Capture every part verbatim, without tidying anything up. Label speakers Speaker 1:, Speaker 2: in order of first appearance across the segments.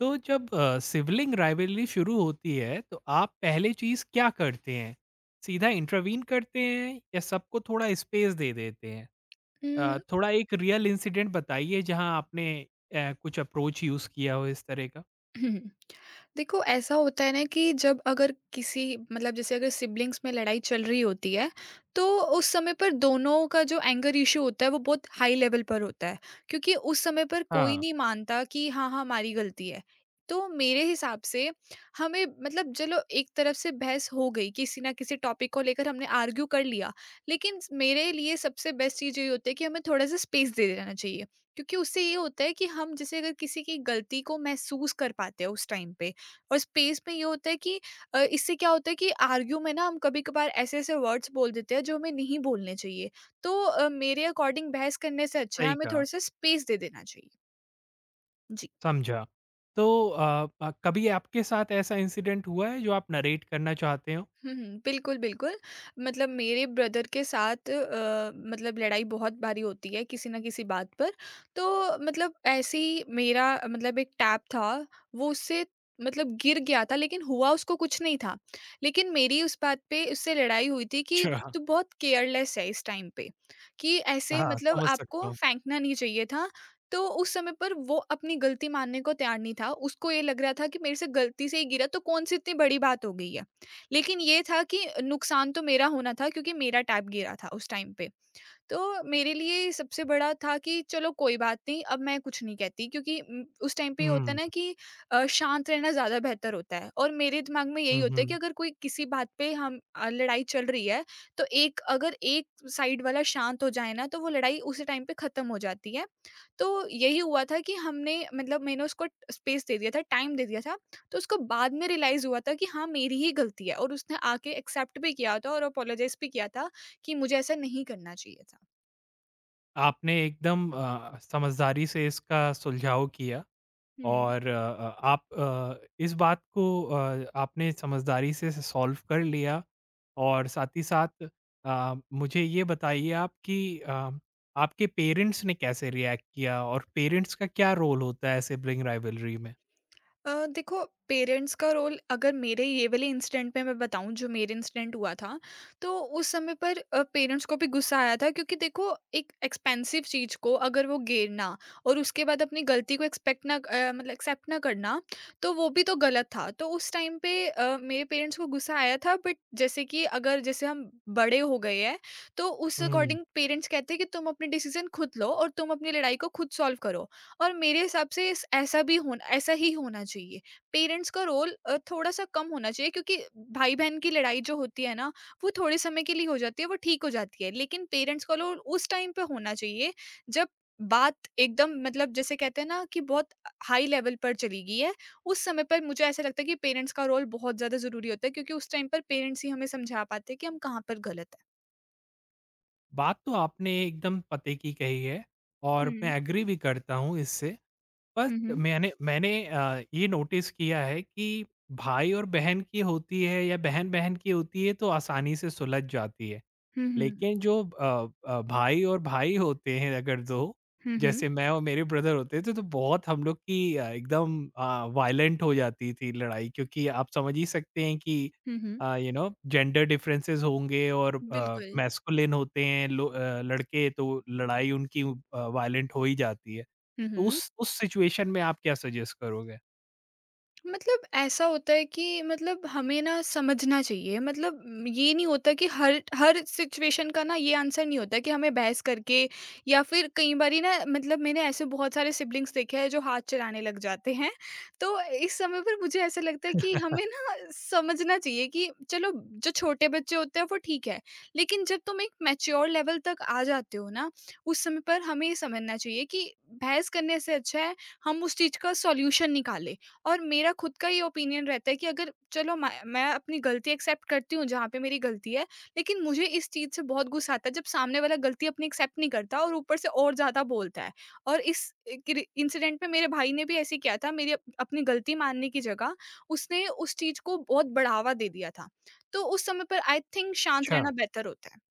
Speaker 1: तो जब sibling rivalry शुरू होती है तो आप पहले चीज क्या करते हैं? सीधा इंटरवीन करते हैं या सबको थोड़ा स्पेस दे देते हैं? अ,
Speaker 2: हम्म।
Speaker 1: थोड़ा एक रियल इंसिडेंट बताइए जहां आपने अ, कुछ अप्रोच यूज किया हो इस तरह का।
Speaker 2: देखो ऐसा होता है ना कि जब अगर किसी मतलब जैसे अगर सिबलिंग्स में लड़ाई चल रही होती है तो उस समय पर दोनों का जो एंगर इशू होता है वो बहुत हाई लेवल पर होता है। क्योंकि उस समय पर कोई
Speaker 1: हाँ,
Speaker 2: नहीं मानता कि हाँ हाँ हमारी गलती है। तो मेरे हिसाब से हमें मतलब चलो एक तरफ से बहस हो गई किसी ना किसी टॉपिक को लेकर हमने आर्ग्यू कर लिया। लेकिन मेरे लिए सबसे बेस्ट चीज़ ये होती है कि हमें थोड़ा सा स्पेस दे देना चाहिए। क्योंकि उससे ये होता है कि हम जैसे अगर किसी की गलती को महसूस कर पाते हैं उस टाइम पे और स्पेस में ये होता है कि अ, इससे क्या होता है कि आर्ग्यू में ना हम कभी कभार ऐसे ऐसे वर्ड्स बोल देते हैं जो हमें नहीं बोलने चाहिए। तो अ, मेरे अकॉर्डिंग बहस करने से अच्छा है
Speaker 1: सही
Speaker 2: हमें
Speaker 1: कहा,
Speaker 2: थोड़ा सा स्पेस दे देना चाहिए। जी।
Speaker 1: समझा। तो अ, अ, कभी आपके साथ ऐसा इंसिडेंट हुआ है जो आप नरेट करना चाहते हो?
Speaker 2: हुँ, हुँ। बिल्कुल, बिल्कुल। मतलब मेरे ब्रदर के साथ अ, मतलब लड़ाई बहुत बारी होती है किसी न किसी बात पर। तो मतलब ऐसे ही मेरा मतलब एक टैब था, वो उससे मतलब गिर गया था लेकिन हुआ उसको कुछ नहीं था। लेकिन मेरी उस बात पे उससे लड़ाई हुई थी कि
Speaker 1: अच्छा,
Speaker 2: तू बहुत केयरलेस है इस टाइम पे, कि ऐसे
Speaker 1: हाँ,
Speaker 2: मतलब
Speaker 1: समझ सकता
Speaker 2: आपको
Speaker 1: हूँ।
Speaker 2: फेंकना नहीं चाहिए था। तो उस समय पर वो अपनी गलती मानने को तैयार नहीं था। उसको ये लग रहा था कि मेरे से गलती से ही गिरा तो कौन-सी इतनी बड़ी बात हो गई है। लेकिन ये था कि नुकसान तो मेरा होना था क्योंकि मेरा टैब गिरा था उस टाइम पे। तो मेरे लिए सबसे बड़ा था कि चलो कोई बात नहीं, अब मैं कुछ नहीं कहती क्योंकि उम, उस टाइम पे ये होता है
Speaker 1: हुँ,
Speaker 2: ना कि अ, शांत रहना ज़्यादा बेहतर होता है। और मेरे दिमाग में यही
Speaker 1: हुँ,
Speaker 2: होता है कि
Speaker 1: हुँ।
Speaker 2: अगर कोई किसी बात पे हम अ, लड़ाई चल रही है, तो एक अगर एक साइड वाला शांत हो जाए ना, तो वो लड़ाई उसी टाइम पे ख़त्म हो जाती है। तो यही हुआ था कि हमने मतलब मैंने उसको स्पेस दे दिया था, टाइम दे दिया था, तो उसको बाद में रियलाइज़ हुआ था कि हाँ, मेरी ही गलती है और उसने आके एक्सेप्ट भी किया था और अपोलोजाइज़ भी किया था कि मुझे ऐसा नहीं करना चाहिए था।
Speaker 1: आपने एकदम अ, समझदारी से इसका सुलझाव किया।
Speaker 2: हुँ।
Speaker 1: और अ अ, आप अ, इस बात को अ, आपने समझदारी से सॉल्व कर लिया और साथ ही साथ अ, मुझे ये बताइए आप कि अ, आपके पेरेंट्स ने कैसे रिएक्ट किया और पेरेंट्स का क्या रोल होता है सिबलिंग राइवलरी में?
Speaker 2: अ, देखो पेरेंट्स का रोल अगर मेरे ये वाले इंसिडेंट में मैं बताऊँ जो मेरे इंसिडेंट हुआ था, तो उस समय पर अ, पेरेंट्स को भी गुस्सा आया था क्योंकि देखो एक एक्सपेंसिव चीज़ को अगर वो गिरना और उसके बाद अपनी गलती को एक्सपेक्ट ना अ, मतलब एक्सेप्ट ना करना, तो वो भी तो गलत था। तो उस टाइम पे अ, मेरे पेरेंट्स को गुस्सा आया था। बट जैसे कि अगर जैसे हम बड़े हो गए हैं, तो उस
Speaker 1: हुँ।
Speaker 2: अकॉर्डिंग पेरेंट्स कहते हैं कि तुम अपने डिसीज़न खुद लो और तुम अपनी लड़ाई को खुद सॉल्व करो। और मेरे हिसाब से इस ऐसा भी होना ऐसा ही होना चाहिए। पेरेंट्स का रोल अ, थोड़ा-सा कम होना चाहिए क्योंकि भाई-बहन की लड़ाई जो होती है ना, वो थोड़े समय के लिए हो जाती है, वो ठीक हो जाती है। लेकिन पेरेंट्स का रोल उस टाइम पे होना चाहिए, जब बात एकदम मतलब जैसे कहते हैं ना कि बहुत हाई लेवल पर चली गई है, उस समय पर मुझे ऐसा लगता है कि पेरेंट्स का रोल बहुत ज़्यादा ज़रूरी होता है क्योंकि उस टाइम पर पेरेंट्स ही हमें समझा पाते हैं कि हम कहाँ पर गलत हैं।
Speaker 1: बात तो आपने एकदम पते की कही है और
Speaker 2: हुँ।
Speaker 1: मैं एग्री भी करता हूँ इससे। पर
Speaker 2: हुँ, हुँ।
Speaker 1: मैंने मैंने अ, ये नोटिस किया है कि भाई और बहन की होती है या बहन-बहन की होती है तो आसानी से सुलझ जाती है।
Speaker 2: हुँ, हुँ।
Speaker 1: लेकिन जो अ, अ, भाई और भाई होते हैं अगर दो
Speaker 2: हुँ, हुँ।
Speaker 1: जैसे मैं और मेरे ब्रदर होते थे तो तो बहुत हम लोग की अ, एकदम अ, वायलेंट हो जाती थी लड़ाई क्योंकि आप समझ ही सकते हैं कि
Speaker 2: हुँ, हुँ।
Speaker 1: Uh, you know gender differences होंगे और अ,
Speaker 2: बिल्कुल।
Speaker 1: मैस्कुलिन होते हैं लो अ, लड़के तो लड़ाई उनकी अ, वायलेंट हो ही जाती है।
Speaker 2: हुँ,
Speaker 1: तो
Speaker 2: हुँ।
Speaker 1: उस उस सिचुएशन में आप क्या सजेस्ट करोगे?
Speaker 2: मतलब ऐसा होता है कि मतलब हमें ना समझना चाहिए। मतलब म, ये नहीं होता कि हर हर सिचुएशन का ना ये आंसर नहीं होता कि हमें बहस करके या फिर कई बारी ना मतलब मैंने ऐसे बहुत सारे सिबलिंग्स देखे हैं जो हाथ चलाने लग जाते हैं। तो इस समय पर मुझे ऐसा लगता है कि हमें ना समझना चाहिए कि चलो जो छोटे बच्चे होते हैं वो ठीक है, लेकिन जब तुम एक मैच्योर लेवल तक आ जाते हो ना उस समय पर हमें ये समझना चाहिए कि बहस करने से अच्छा है हम उस चीज़ का सॉल्यूशन निकालें। और मेरा खुद का ही ओपिनियन रहता है कि अगर चलो मैं मैं अपनी गलती एक्सेप्ट करती हूँ जहाँ पे मेरी गलती है, लेकिन मुझे इस चीज़ से बहुत गुस्सा आता है जब सामने वाला गलती अपनी एक्सेप्ट नहीं करता और ऊपर से और ज़्यादा बोलता है। और इस अ, किर इंसिडेंट में मेरे भाई ने भी ऐसे ही किया था। मेरी अप अपनी गलती मानने की जगह उसने उस चीज़ को बहुत बढ़ावा दे दिया था। तो उस समय पर आई थिंक शांत
Speaker 1: अच्छा।
Speaker 2: रहना बेहतर होता है।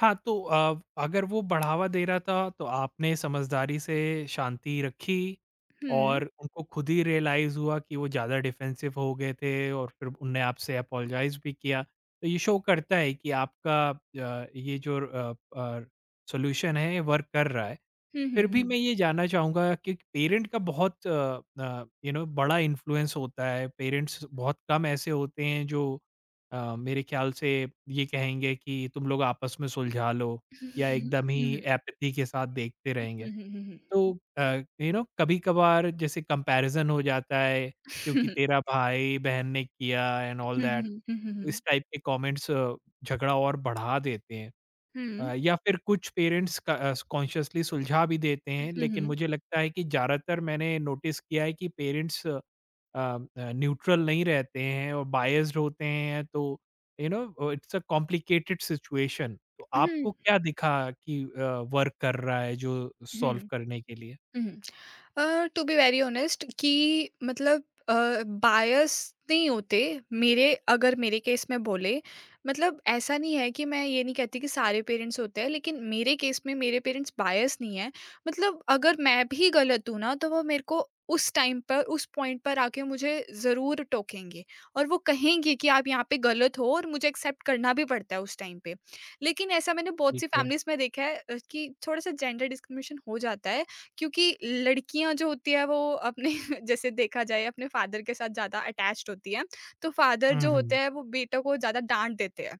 Speaker 1: हाँ, तो अ, अगर वो बढ़ावा दे रहा था तो आपने समझदारी से शांति रखी
Speaker 2: हुँ।
Speaker 1: और उनको खुद ही रियलाइज़ हुआ कि वो ज़्यादा डिफेंसिव हो गए थे और फिर उनने आपसे अपोलोजाइज़ भी किया। तो ये शो करता है कि आपका अ, ये जो अ, अ, सॉल्यूशन है, ये वर्क कर रहा है।
Speaker 2: हुँ, हुँ,
Speaker 1: फिर
Speaker 2: हुँ,
Speaker 1: भी
Speaker 2: हुँ।
Speaker 1: मैं ये जानना चाहूँगा कि पेरेंट का बहुत अ, यू नो बड़ा इन्फ्लुएंस होता है। पेरेंट्स बहुत कम ऐसे होते हैं जो अ, मेरे ख्याल से ये कहेंगे कि तुम लोग आपस में सुलझा लो या
Speaker 2: हुँ,
Speaker 1: एकदम ही एपैथी के साथ देखते रहेंगे।
Speaker 2: हुँ, हुँ, हुँ, हुँ,
Speaker 1: तो
Speaker 2: हुँ।
Speaker 1: अ, यू नो कभी-कभार जैसे कंपैरिज़न हो जाता है क्योंकि तेरा भाई-बहन ने किया एंड ऑल
Speaker 2: हुँ, हुँ,
Speaker 1: दैट
Speaker 2: हुँ, हुँ, हुँ, हुँ।
Speaker 1: इस टाइप के कमेंट्स अ, झगड़ा और बढ़ा देते हैं।
Speaker 2: हुँ।
Speaker 1: अ, या फिर कुछ पेरेंट्स कॉन्शियसली सुलझा भी देते हैं
Speaker 2: हुँ,
Speaker 1: लेकिन
Speaker 2: हुँ,
Speaker 1: मुझे लगता है कि ज़्यादातर मैंने नोटिस किया है कि पेरेंट्स न्यूट्रल नहीं रहते हैं और बायस्ड होते हैं तो you know it's a complicated situation तो
Speaker 2: हुँ,
Speaker 1: आपको क्या दिखा कि वर्क कर रहा है जो सॉल्व
Speaker 2: हुँ।
Speaker 1: करने के लिए
Speaker 2: टू बी वेरी ऑनेस्ट कि मतलब बायस नहीं होते। मेरे अगर मेरे केस में बोले मतलब ऐसा नहीं है कि मैं ये नहीं कहती कि सारे पेरेंट्स होते हैं, लेकिन मेरे केस में मेरे पेरेंट्स बायस नहीं है। मतलब अगर मैं भी गलत हूँ ना तो वो मेरे को उस टाइम पर उस पॉइंट पर आके मुझे ज़रूर टोकेंगे और वो कहेंगे कि आप यहाँ पे गलत हो और मुझे एक्सेप्ट करना भी पड़ता है उस टाइम पे। लेकिन ऐसा मैंने बहुत
Speaker 1: ठीक
Speaker 2: सी
Speaker 1: है।
Speaker 2: फैमिलीज में देखा है अ, कि थोड़ा सा जेंडर डिस्क्रिमिनेशन हो जाता है क्योंकि लड़कियाँ जो होती है वो अपने जैसे देखा जाए अपने फादर के साथ ज़्यादा अटैच्ड होती है, तो फादर जो
Speaker 1: हम्म,
Speaker 2: होते
Speaker 1: हम्म,
Speaker 2: हैं वो बेटों को ज़्यादा डाँट देते हैं।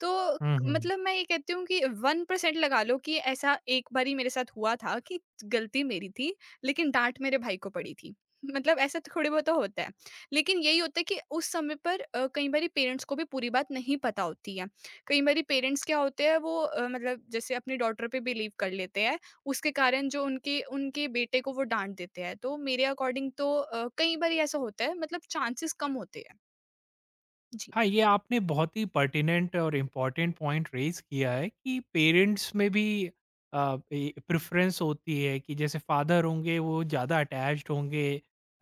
Speaker 2: तो
Speaker 1: हम्म, हम्म।
Speaker 2: मतलब मैं ये कहती हूँ कि वन परसेंट लगा लो कि ऐसा एक बारी मेरे साथ हुआ था कि गलती मेरी थी, लेकिन डाँट मेरे भाई को पड़ी थी। मतलब ऐसा थोड़े बहुत तो होता है। लेकिन यही होता है कि उस समय पर अ, कई बारी पेरेंट्स को भी पूरी बात नहीं पता होती है। कई बारी पेरेंट्स क्या होते हैं वो अ, मतलब जैसे अपनी डॉटर पे बिलीव कर लेते हैं उसके कारण जो उनके उनके बेटे को वो डाँट देते हैं। तो मेरे अकॉर्डिंग तो अ, कई बारी ऐसा होता है मतलब चांसेस कम होते हैं। जी।
Speaker 1: हाँ, ये आपने बहुत ही पर्टिनेंट और इम्पोर्टेंट पॉइंट रेज़ किया है कि पेरेंट्स में भी अ, ए प्रेफ़रेंस होती है कि जैसे फादर होंगे वो ज़्यादा अटैच्ड होंगे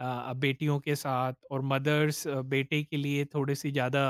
Speaker 1: अ, बेटियों के साथ और मदर्स अ, बेटे के लिए थोड़ी-सी ज़्यादा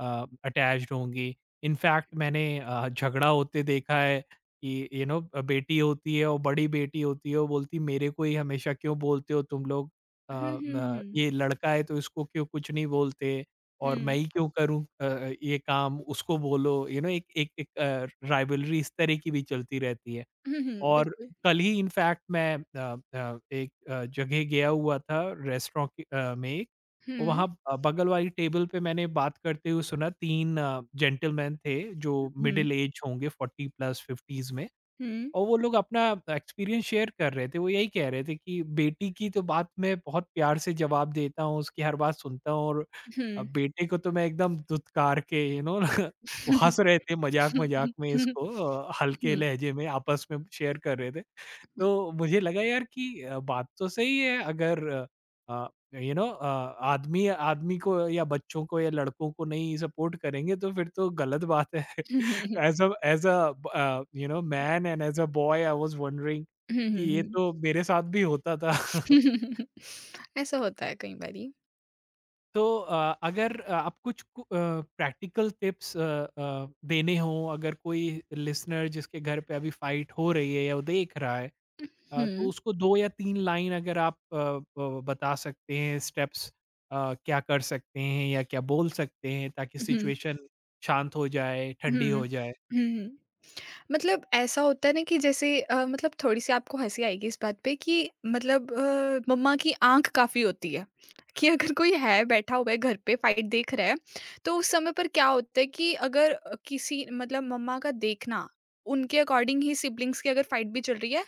Speaker 1: अ, अटैच्ड होंगी। इनफैक्ट मैंने अ, झगड़ा होते देखा है कि यू नो अ, बेटी होती है और बड़ी बेटी होती है, वो बोलती मेरे को ही हमेशा क्यों बोलते हो तुम लोग,
Speaker 2: हुँ,
Speaker 1: अ,
Speaker 2: हुँ,
Speaker 1: म
Speaker 2: हुँ।
Speaker 1: ये लड़का है तो इसको क्यों कुछ नहीं बोलते? और मैं
Speaker 2: हुँ।
Speaker 1: ही क्यों करूँ अ अ, ये काम, उसको बोलो, यू नो एक एक एक अ, राइवलरी इस तरह की भी चलती रहती है।
Speaker 2: हुँ, हुँ,
Speaker 1: और
Speaker 2: बिल्कुल।
Speaker 1: कल ही इनफैक्ट मैं अ अ, एक अ, जगह गया हुआ था, रेस्टोरेंट की अ, में एक,
Speaker 2: हुँ,
Speaker 1: वहाँ अ, बगल वाली टेबल पे मैंने बात करते हुए सुना, तीन अ, जेंटलमैन थे जो
Speaker 2: हुँ, हुँ,
Speaker 1: मिडल एज होंगे, फ़ोर्टी प्लस फ़िफ़्टीज़ में।
Speaker 2: हुँ।
Speaker 1: और वो लोग अपना एक्सपीरियंस शेयर कर रहे थे। वो यही कह रहे थे कि बेटी की तो बात मैं बहुत प्यार से जवाब देता हूँ, उसकी हर बात सुनता हूँ और अ, बेटे को तो मैं एकदम धुतकार के यू नो वो हँस रहे थे मज़ाक-मज़ाक
Speaker 2: हुँ,
Speaker 1: में इसको अ, हल्के लहजे में आपस में शेयर कर रहे थे। तो मुझे लगा यार कि अ, बात तो सही है, अगर यू नो आदमी आदमी को या बच्चों को या लड़कों को नहीं सपोर्ट करेंगे तो फिर तो गलत बात है as a as a you know man and as a boy I was wondering
Speaker 2: हुँ,
Speaker 1: कि ये
Speaker 2: हुँ।
Speaker 1: तो मेरे साथ भी होता था
Speaker 2: ऐसा होता है कई बारी।
Speaker 1: तो अ, अगर अ, आप कुछ प्रैक्टिकल टिप्स देने हों, अगर कोई लिसनर जिसके घर पे अभी फाइट हो रही है या वो देख रहा है, अ, तो
Speaker 2: हुँ,
Speaker 1: उसको दो या तीन लाइन अगर आप अ, ब बता सकते हैं स्टेप्स, अ, क्या कर सकते हैं या क्या बोल सकते हैं ताकि
Speaker 2: हुँ,
Speaker 1: सिचुएशन शांत हो जाए, ठंडी
Speaker 2: हुँ,
Speaker 1: हो जाए।
Speaker 2: हुँ, हुँ। मतलब ऐसा होता है ना कि जैसे अ, मतलब थोड़ी-सी आपको हँसी आएगी इस बात पे कि मतलब अ, मम्मा की आँख काफ़ी होती है, कि अगर कोई है बैठा हुआ है घर पे फाइट देख रहा है, तो उस समय पर क्या होता है कि अगर अ, किसी मतलब मम्मा का देखना, उनके अकॉर्डिंग ही सिब्लिंग्स की अगर फाइट भी चल रही है,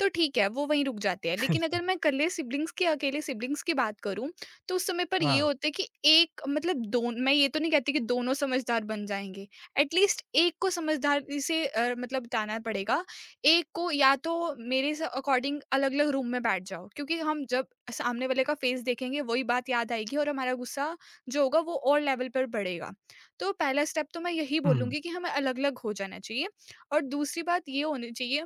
Speaker 2: तो ठीक है, वो वहीं रुक जाते हैं। लेकिन अगर मैं इकल्ले सिब्लिंग्स की अकेले सिब्लिंग्स की बात करूँ, तो उस समय पर ये
Speaker 1: हाँ,
Speaker 2: होता है कि एक मतलब दोन मैं ये तो नहीं कहती कि दोनों समझदार बन जाएँगे, एटलीस्ट एक को समझदारी से अ, मतलब बिताना पड़ेगा। एक को या तो मेरे स अकॉर्डिंग अलग-अलग रूम में बैठ जाओ क्योंकि हम जब सामने वाले का फ़ेस देखेंगे वही बात याद आएगी और हमारा गुस्सा जो होगा वो और लेवल पर बढ़ेगा। तो पहला स्टेप तो मैं यही
Speaker 1: हुँ,
Speaker 2: बोलूँगी कि हमें अलग-अलग हो जाना चाहिए और दूसरी बात ये होनी चाहिए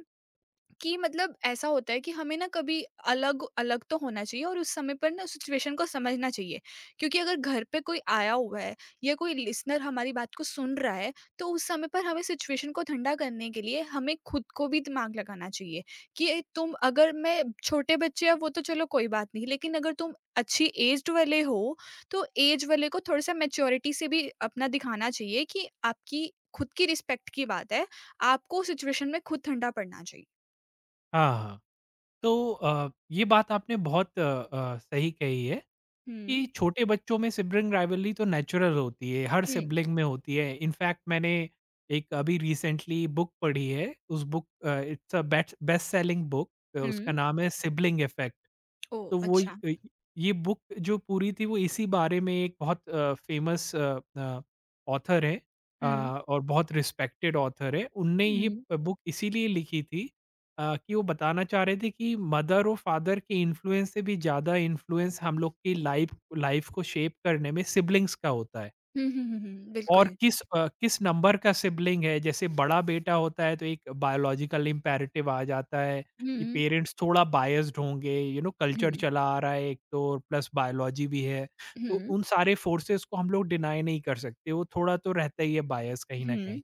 Speaker 2: कि मतलब ऐसा होता है कि हमें ना कभी अलग अलग तो होना चाहिए और उस समय पर ना सिचुएशन को समझना चाहिए। क्योंकि अगर घर पे कोई आया हुआ है या कोई लिसनर हमारी बात को सुन रहा है तो उस समय पर हमें सिचुएशन को ठंडा करने के लिए हमें खुद को भी दिमाग लगाना चाहिए कि ये तुम अगर मैं छोटे बच्चे हैं वो तो चलो कोई बात नहीं, लेकिन अगर तुम अच्छी एज्ड वाले हो तो एज वाले को थोड़ा सा मेच्योरिटी से भी अपना दिखाना चाहिए कि आपकी खुद की रिस्पेक्ट की बात है, आपको सिचुएशन में खुद ठंडा पड़ना चाहिए।
Speaker 1: हाँ, हाँ। तो अ, ये बात आपने बहुत अ अ, सही कही है
Speaker 2: हुँ।
Speaker 1: कि छोटे बच्चों में सिबलिंग राइवलरी तो नेचुरल होती है, हर
Speaker 2: हुँ,
Speaker 1: सिबलिंग में होती है। इनफैक्ट मैंने एक अभी रिसेंटली बुक पढ़ी है, उस book uh, it's a best best selling book, अ,
Speaker 2: हुँ।
Speaker 1: उसका नाम है सिबलिंग इफेक्ट।
Speaker 2: ओह!
Speaker 1: तो वो य
Speaker 2: अच्छा।
Speaker 1: अ, ये बुक जो पूरी थी वो इसी बारे में, एक बहुत अ, फेमस अ अ, ऑथर हैं अ,
Speaker 2: हुँ,
Speaker 1: और बहुत रिस्पेक्टेड ऑथर हैं। उनने ये
Speaker 2: हुँ।
Speaker 1: बुक इसीलिए लिखी थी अ, कि वो बताना चाह रहे थे कि मदर और फादर के इन्फ्लुएंस से भी ज़्यादा इन्फ्लुएंस हम लोग की लाइफ लाइफ को शेप करने में सिबलिंग्स का होता है।
Speaker 2: हुँ, हुँ, हुँ, हुँ।
Speaker 1: और
Speaker 2: बिल्कुल।
Speaker 1: किस अ, किस नंबर का सिबलिंग है, जैसे बड़ा बेटा होता है तो एक बायोलॉजिकल इम्पेरेटिव आ जाता है
Speaker 2: हुँ,
Speaker 1: कि
Speaker 2: हुँ,
Speaker 1: पेरेंट्स थोड़ा बायस्ड होंगे, यू नो कल्चर
Speaker 2: हुँ,
Speaker 1: चला आ रहा है एक तो, और प्लस बायोलॉजी भी है।
Speaker 2: हुँ,
Speaker 1: तो
Speaker 2: हुँ,
Speaker 1: उन सारे फोर्सेस को हम लोग डिनाय नहीं कर सकते, वो थोड़ा तो रहता ही है बायस कहीं न कहीं।
Speaker 2: हुँ।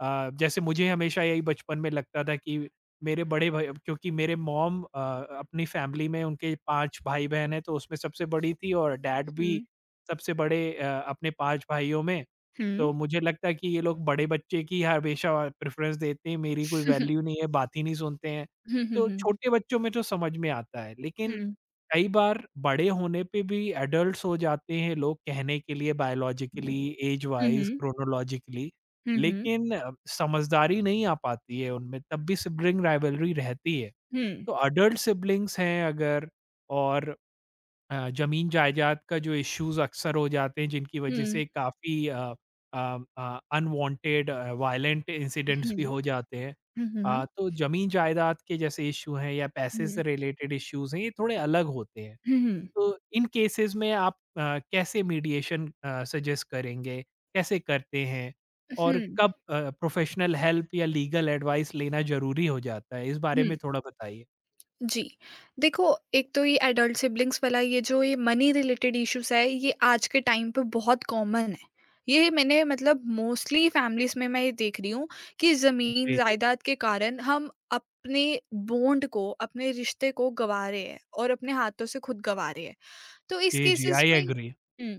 Speaker 1: अ, जैसे मुझे हमेशा यही बचपन में लगता था कि मेरे बड़े भाई, क्योंकि मेरे मॉम अ, अपनी फैमिली में उनके पाँच भाई-बहन हैं, तो उसमें सबसे बड़ी थी और डैड भी सबसे बड़े अ, अपने पाँच भाइयों में। तो मुझे लगता है कि ये लोग बड़े बच्चे की हमेशा प्रेफ़रेंस देते हैं, मेरी कोई
Speaker 2: हुँ, हुँ, हुँ।
Speaker 1: वैल्यू नहीं है, बात ही नहीं सुनते हैं।
Speaker 2: हुँ, हुँ,
Speaker 1: तो
Speaker 2: हुँ।
Speaker 1: छोटे बच्चों में तो समझ में आता है, लेकिन कई बार बड़े होने पे भी एडल्ट्स हो जाते हैं लोग कहने के लिए, बायोलॉजिकली, एज
Speaker 2: हुँ,
Speaker 1: वाइज,
Speaker 2: हुँ।
Speaker 1: क्रोनोलॉजिकली,
Speaker 2: हुँ, हुँ, हुँ।
Speaker 1: लेकिन अ, समझदारी नहीं आ पाती है उनमें, तब भी सिबलिंग राइवलरी रहती है।
Speaker 2: हुँ,
Speaker 1: तो अडल्ट सिबलिंग्स हैं अगर, और अ, ज़मीन-जायदाद का जो इश्यूज़ अक्सर हो जाते हैं जिनकी
Speaker 2: हुँ,
Speaker 1: वजह
Speaker 2: हुँ।
Speaker 1: से काफ़ी uh uh uh, unwanted uh, violent incidents भी हो जाते हैं।
Speaker 2: हुँ, हुँ,
Speaker 1: अ,
Speaker 2: हुँ।
Speaker 1: तो ज़मीन-जायदाद के जैसे इश्यू हैं या पैसे से रिलेटेड इश्यूज़ हैं, ये थोड़े अलग होते हैं।
Speaker 2: हुँ।
Speaker 1: तो इन केसेस में आप अ, कैसे मीडिएशन अ, सजेस्ट करेंगे? कैसे करते हैं? और कब अ, प्रोफेशनल हेल्प या लीगल एडवाइस लेना ज़रूरी हो जाता है? इस बारे में थोड़ा बताइए।
Speaker 2: जी। देखो, एक तो ये एडल्ट सिब्लिंग्स वाला ये जो ये मनी रिलेटेड इश्यूज़ है, ये आज के टाइम पे बहुत कॉमन है। ये मैंने मतलब मोस्टली फैमिलीज़ में मैं ये देख रही हूँ कि ज़मीन
Speaker 1: जी, जी।
Speaker 2: जायदाद के कारण हम अपने बॉन्ड को, अपने रिश्ते को गँवा रहे हैं और अपने हाथों से खुद गँवा रहे हैं। तो इस
Speaker 1: जी, जी,
Speaker 2: केसेस
Speaker 1: आई
Speaker 2: में
Speaker 1: एग्री।
Speaker 2: हुँ,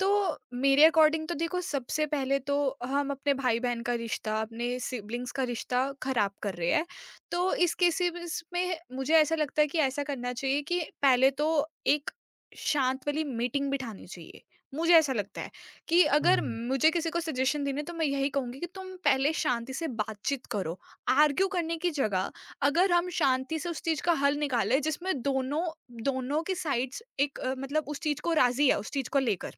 Speaker 2: तो मेरे अकॉर्डिंग तो देखो सबसे पहले तो हम अपने भाई-बहन का रिश्ता, अपने सिब्लिंग्स का रिश्ता खराब कर रहे हैं। तो इस केसेस में मुझे ऐसा लगता है कि ऐसा करना चाहिए कि पहले तो एक शांत वाली मीटिंग बिठानी चाहिए। मुझे ऐसा लगता है कि अगर
Speaker 1: हुँ,
Speaker 2: मुझे किसी को सजेशन देने तो मैं यही कहूँगी कि तुम पहले शांति से बातचीत करो। आर्ग्यू करने की जगह अगर हम शांति से उस चीज़ का हल निकालें जिसमें दोनों दोनों की साइड्स एक अ, मतलब उस चीज़ को राज़ी है, उस चीज़ को लेकर।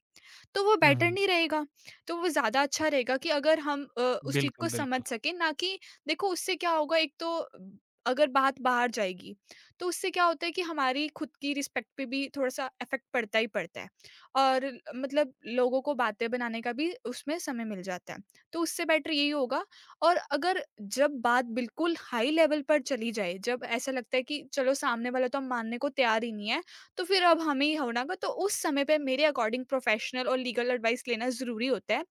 Speaker 2: तो वो बेटर
Speaker 1: हुँ,
Speaker 2: नहीं रहेगा। तो वो ज़्यादा अच्छा रहेगा कि अगर हम अ, उस चीज़ को
Speaker 1: बिल्कुल,
Speaker 2: समझ
Speaker 1: बिल्कुल।
Speaker 2: सकें ना कि देखो उससे क्या होगा। एक तो ब- अगर बात बाहर जाएगी, तो उससे क्या होता है कि हमारी खुद की रिस्पेक्ट पे भी थोड़ा-सा इफ़ेक्ट पड़ता ही पड़ता है और ल- मतलब लोगों को बातें बनाने का भी उसमें समय मिल जाता है। तो उससे बेटर यही होगा। और अगर जब बात बिल्कुल हाई लेवल पर चली जाए, जब ऐसा लगता है कि चलो सामने वाला तो हम मानने को तैयार ही नहीं है। तो फिर अब हमें ही होना होगा तो उस समय पे मेरे अकॉर्डिंग प्रोफेशनल और लीगल एडवाइस लेना ज़रूरी होता है,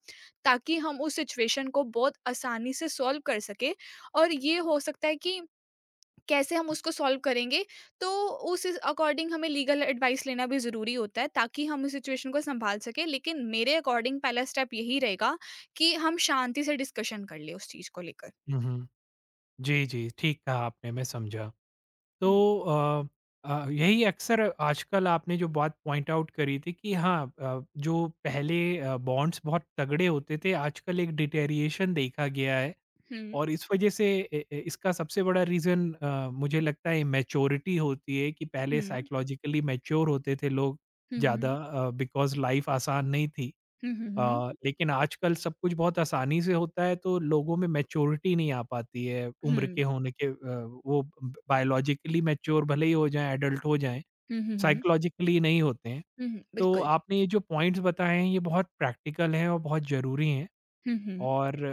Speaker 2: ताकि हम उस सिचुएशन को बहुत आसानी से सॉल्व कर सकें और ये हो सकता है कि कैसे हम उसको सॉल्व करेंगे, तो उस अकॉर्डिंग हमें लीगल एडवाइस लेना भी ज़रूरी होता है ताकि हम उस सिचुएशन को सँभाल सकें। लेकिन मेरे अकॉर्डिंग पहला स्टेप यही रहेगा कि हम शांति से डिस्कशन कर लें उस चीज़ को लेकर।
Speaker 1: हुँ, हुँ। जी, जी, ठीक कहा आपने, मैं समझा। तो
Speaker 2: हुँ,
Speaker 1: अ अ, यही अक्सर आजकल आपने जो बात पॉइंट आउट करी थी कि हाँ, अ, जो पहले अ, बॉन्ड्स बहुत तगड़े होते थे, आजकल एक डिटेरिएशन देखा गया है।
Speaker 2: हुँ,
Speaker 1: और इस वजह से ए, ए, इसका सबसे बड़ा रीज़न, अ, मुझे लगता है मैच्योरिटी होती है कि पहले
Speaker 2: हुँ,
Speaker 1: साइकोलॉजिकली मैच्योर होते थे लोग
Speaker 2: हुँ, हुँ,
Speaker 1: ज़्यादा, बिकॉज़ लाइफ आसान नहीं थी।
Speaker 2: हुँ, हुँ,
Speaker 1: अ,
Speaker 2: हुँ,
Speaker 1: लेकिन आजकल सब कुछ बहुत आसानी से होता है तो लोगों में मैच्योरिटी नहीं आ पाती है, उम्र के
Speaker 2: हुँ,
Speaker 1: होने के अ, वो बायोलॉजिकली मैच्योर भले ही हो जाएँ, एडल्ट हो जाएँ,
Speaker 2: हुँ, हुँ,
Speaker 1: साइकोलॉजिकली नहीं होते हैं।
Speaker 2: हुँ, हुँ,
Speaker 1: तो
Speaker 2: बिल्कुल।
Speaker 1: आपने ये जो पॉइंट्स बताए हैं ये बहुत प्रैक्टिकल हैं और बहुत ज़रूरी हैं।
Speaker 2: हुँ, हुँ।
Speaker 1: और uh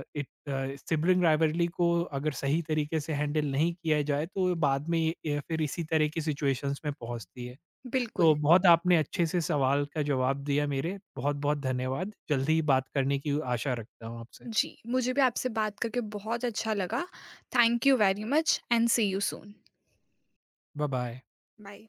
Speaker 1: uh, it uh, sibling rivalry को अगर सही तरीके से हैंडल नहीं किया जाए तो ये बाद में ये ये फिर इसी तरह की सिचुएशंस में पहुँचती है। तो
Speaker 2: बिल्कुल,
Speaker 1: बहुत आपने अच्छे से सवाल का जवाब दिया मेरे, बहुत-बहुत धन्यवाद। जल्दी ही बात करने की आशा रखता हूँ आपसे।
Speaker 2: जी। मुझे भी आपसे बात करके बहुत अच्छा लगा। Thank you very much and see you soon.
Speaker 1: Bye bye.
Speaker 2: Bye.